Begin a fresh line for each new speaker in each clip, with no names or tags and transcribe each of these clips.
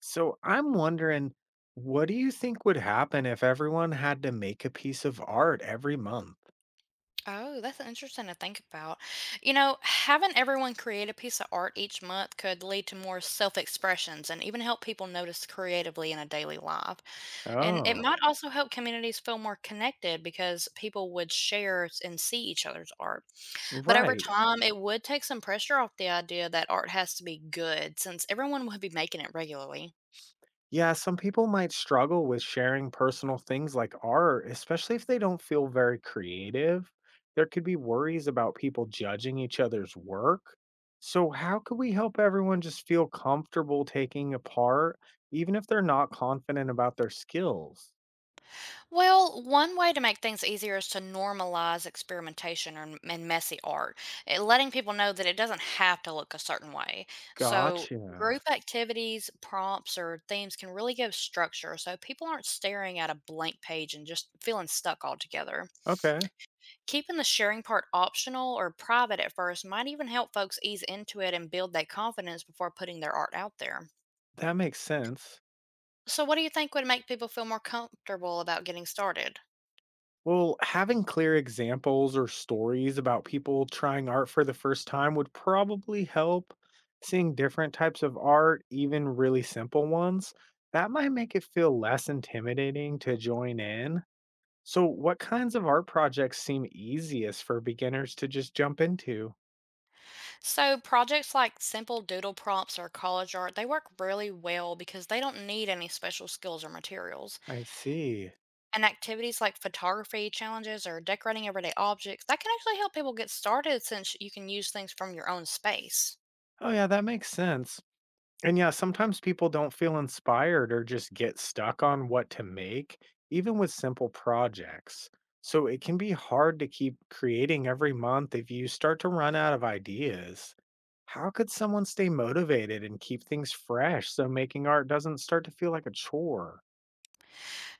So I'm wondering, what do you think would happen if everyone had to make a piece of art every month?
Oh, that's interesting to think about. Having everyone create a piece of art each month could lead to more self expressions and even help people notice creatively in a daily life. And it
Oh,
might also help communities feel more connected because people would and see each other's art. But over
right.
time, it would take some pressure off the idea that art has to be good since everyone would be making it regularly.
Yeah, some people might struggle with sharing personal things like art, especially if they don't feel very creative. There could be worries about people judging each other's work. So, how could we help everyone just feel comfortable taking a part, even if they're not confident about their skills?
Well, one way to make things easier is to normalize experimentation and messy art, letting people know that it doesn't have to look a certain way. So,
Gotcha.
group activities, prompts, or themes can really give structure so people aren't staring at a blank page and just feeling stuck altogether.
Okay,
Keeping the sharing part optional or private at first might even help folks ease into it and build that confidence before putting their art out there.
that makes sense.
So, what do you think would make people feel more comfortable about getting started?
Well, having clear examples or stories about people trying art for the first time would probably help. Seeing different types of art, even really simple ones, that might make it feel less intimidating to join in. So, what kinds of art projects seem easiest for beginners to just jump into?
So projects like simple doodle prompts or college art, they work really well because they don't need any special skills or materials.
I see.
And activities like photography challenges or decorating everyday objects, that can actually help people get started since you can use things from your own space.
Oh, yeah, that makes sense. And yeah, sometimes people don't feel inspired or just get stuck on what to make, even with simple projects. So it can be hard to keep creating every month if you start to run out of ideas. How could someone stay motivated and keep things fresh so making art doesn't start to feel like a chore?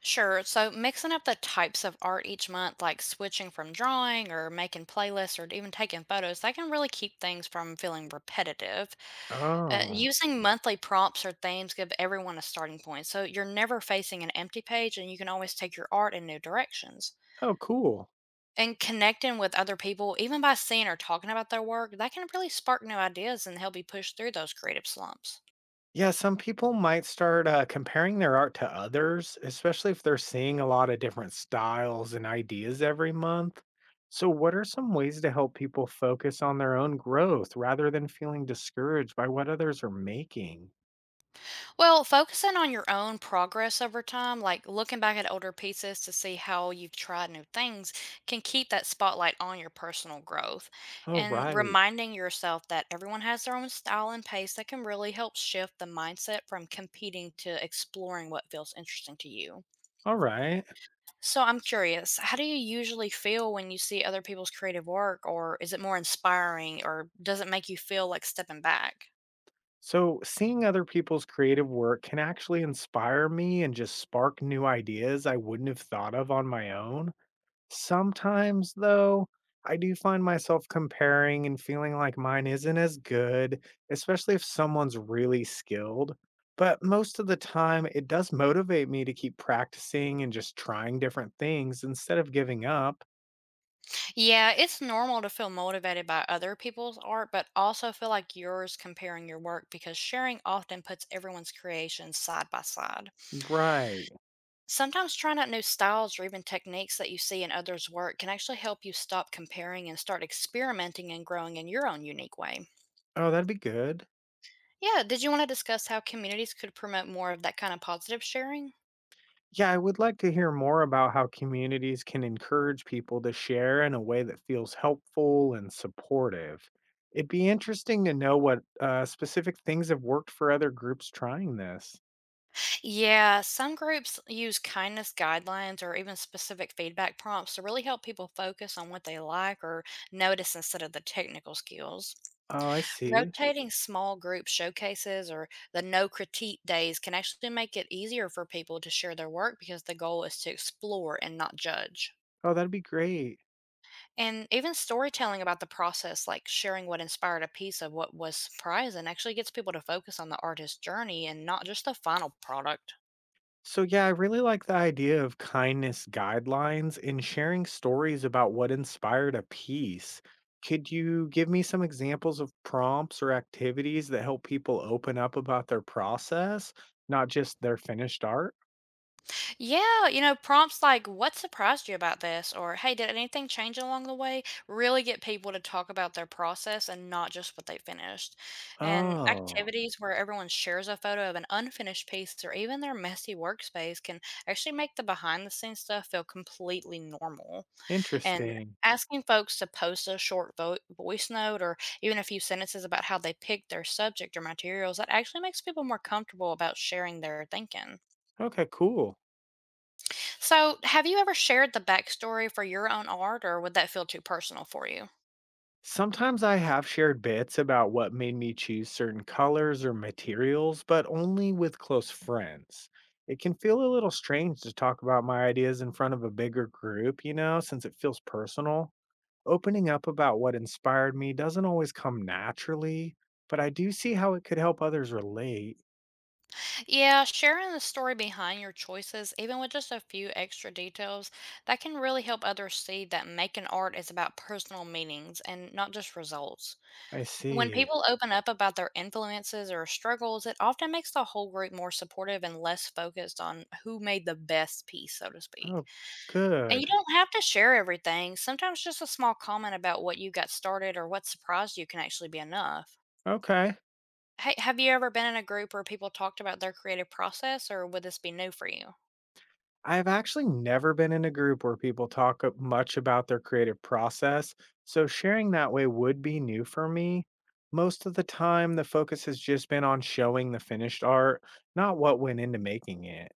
Sure. So mixing up the types of art each month, like switching from drawing or making playlists or even taking photos, that can really keep things from feeling repetitive.
Oh,
Using monthly prompts or themes give everyone a starting point. So you're never facing an empty page and you can always take your art in new directions.
oh, cool.
And connecting with other people, even by seeing or talking about their work, that can really spark new ideas and help you push through those creative slumps.
Yeah, some people might start comparing their art to others, especially if they're seeing a lot of different styles and ideas every month. So, what are some ways to help people focus on their own growth rather than feeling discouraged by what others are making?
Well, focusing on your own progress over time, like looking back at older pieces to see how you've tried new things, can keep that spotlight on your personal growth.
All
And
right.
reminding yourself that everyone has their own style and pace that can really help shift the mindset from competing to exploring what feels interesting to you.
All right.
So I'm curious, how do you usually feel when you see other people's creative work, or is it more inspiring, or does it make you feel like stepping back?
So, seeing other people's creative work can actually inspire me and just spark new ideas I wouldn't have thought of on my own. Sometimes, though, I do find myself comparing and feeling like mine isn't as good, especially if someone's really skilled. But most of the time, it does motivate me to keep practicing and just trying different things instead of giving up.
Yeah, it's normal to feel motivated by other people's art, but also feel like yours comparing your work because sharing often puts everyone's creations side by side.
Right.
Sometimes trying out new styles or even techniques that you see in others' work can actually help you stop comparing and start experimenting and growing in your own unique way.
Oh, that'd be good.
Yeah, did you want to discuss how communities could promote more of that kind of positive sharing?
Yeah, I would like to hear more about how communities can encourage people to share in a way that feels helpful and supportive. It'd be interesting to know what specific things have worked for other groups trying this.
Yeah, some groups use kindness guidelines or even specific feedback prompts to really help people focus on what they like or notice instead of the technical skills.
Oh, I see.
Rotating small group showcases or the no critique days can actually make it easier for people to share their work because the goal is to explore and not judge.
Oh, that'd be great.
And even storytelling about the process, like sharing what inspired a piece of what was surprising, actually gets people to focus on the artist's journey and not just the final product.
So, yeah, I really like the idea of kindness guidelines and sharing stories about what inspired a piece. Could you give me some examples of prompts or activities that help people open up about their process, not just their finished art?
Yeah, prompts like what surprised you about this or hey, did anything change along the way really get people to talk about their process and not just what they finished. And
Oh,
activities where everyone shares a photo of an unfinished piece or even their messy workspace can actually make the behind the scenes stuff feel completely normal. And
interesting.
asking folks to post a short voice note or even a few sentences about how they picked their subject or materials that actually makes people more comfortable about sharing their thinking.
Okay, cool.
So, have you ever shared the backstory for your own art, or would that feel too personal for you?
Sometimes I have shared bits about what made me choose certain colors or materials, but only with close friends. It can feel a little strange to talk about my ideas in front of a bigger group, you know, since it feels personal. Opening up about what inspired me doesn't always come naturally, but I do see how it could help others relate.
Yeah, sharing the story behind your choices, even with just a few extra details, that can really help others see that making art is about personal meanings and not just results.
I
When
see.
people open up about their influences or struggles, it often makes the whole group more supportive and less focused on who made the best piece, so to speak.
Oh,
And you
good.
don't have to share everything. Sometimes just a small comment about what you got started or what surprised you can actually be enough.
Okay.
Hey, have you ever been in a group where people talked about their creative process, or would this be new for you?
I've actually never been in a group where people talk much about their creative process, so sharing that way would be new for me. Most of the time, the focus has just been on showing the finished art, not what went into making it.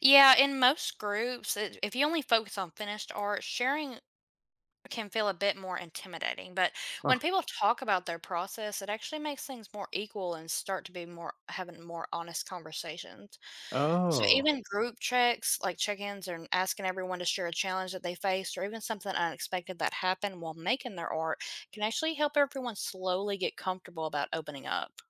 Yeah, in most groups, if you only focus on finished art, sharing can feel a bit more intimidating. But
Huh.
when people talk about their process, it actually makes things more equal and start to be more having more honest conversations. So
Oh.
even group checks, like check-ins and asking everyone to share a challenge that they faced or even something unexpected that happened while making their art can actually help everyone slowly get comfortable about opening up.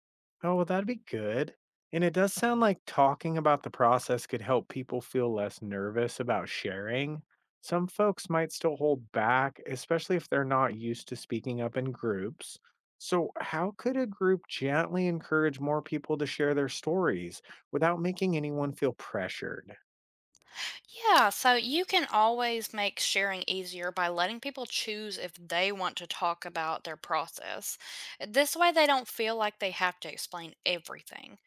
Oh, well, that'd be good. And it does sound like talking about the process could help people feel less nervous about sharing. Some folks might still hold back, especially if they're not used to speaking up in groups. So, how could a group gently encourage more people to share their stories without making anyone feel pressured?
Yeah, so you can always make sharing easier by letting people choose if they want to talk about their process. This way, they don't feel like they have to explain everything.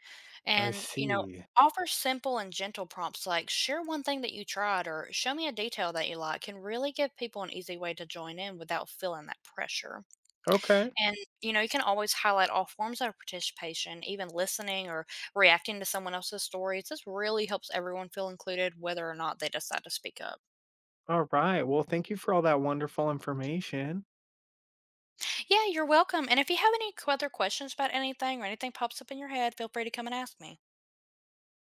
I
And
see.
offer simple and gentle prompts like share one thing that you tried or show me a detail that you like can really give people an easy way to join in without feeling that pressure.
Okay.
And you can always highlight all forms of participation, even listening or reacting to someone else's stories. This really helps everyone feel included, whether or not they decide to speak up.
All right. Well, thank you for all that wonderful information.
Yeah, you're welcome. And if you have any other questions about anything or anything pops up in your head, feel free to come and ask me.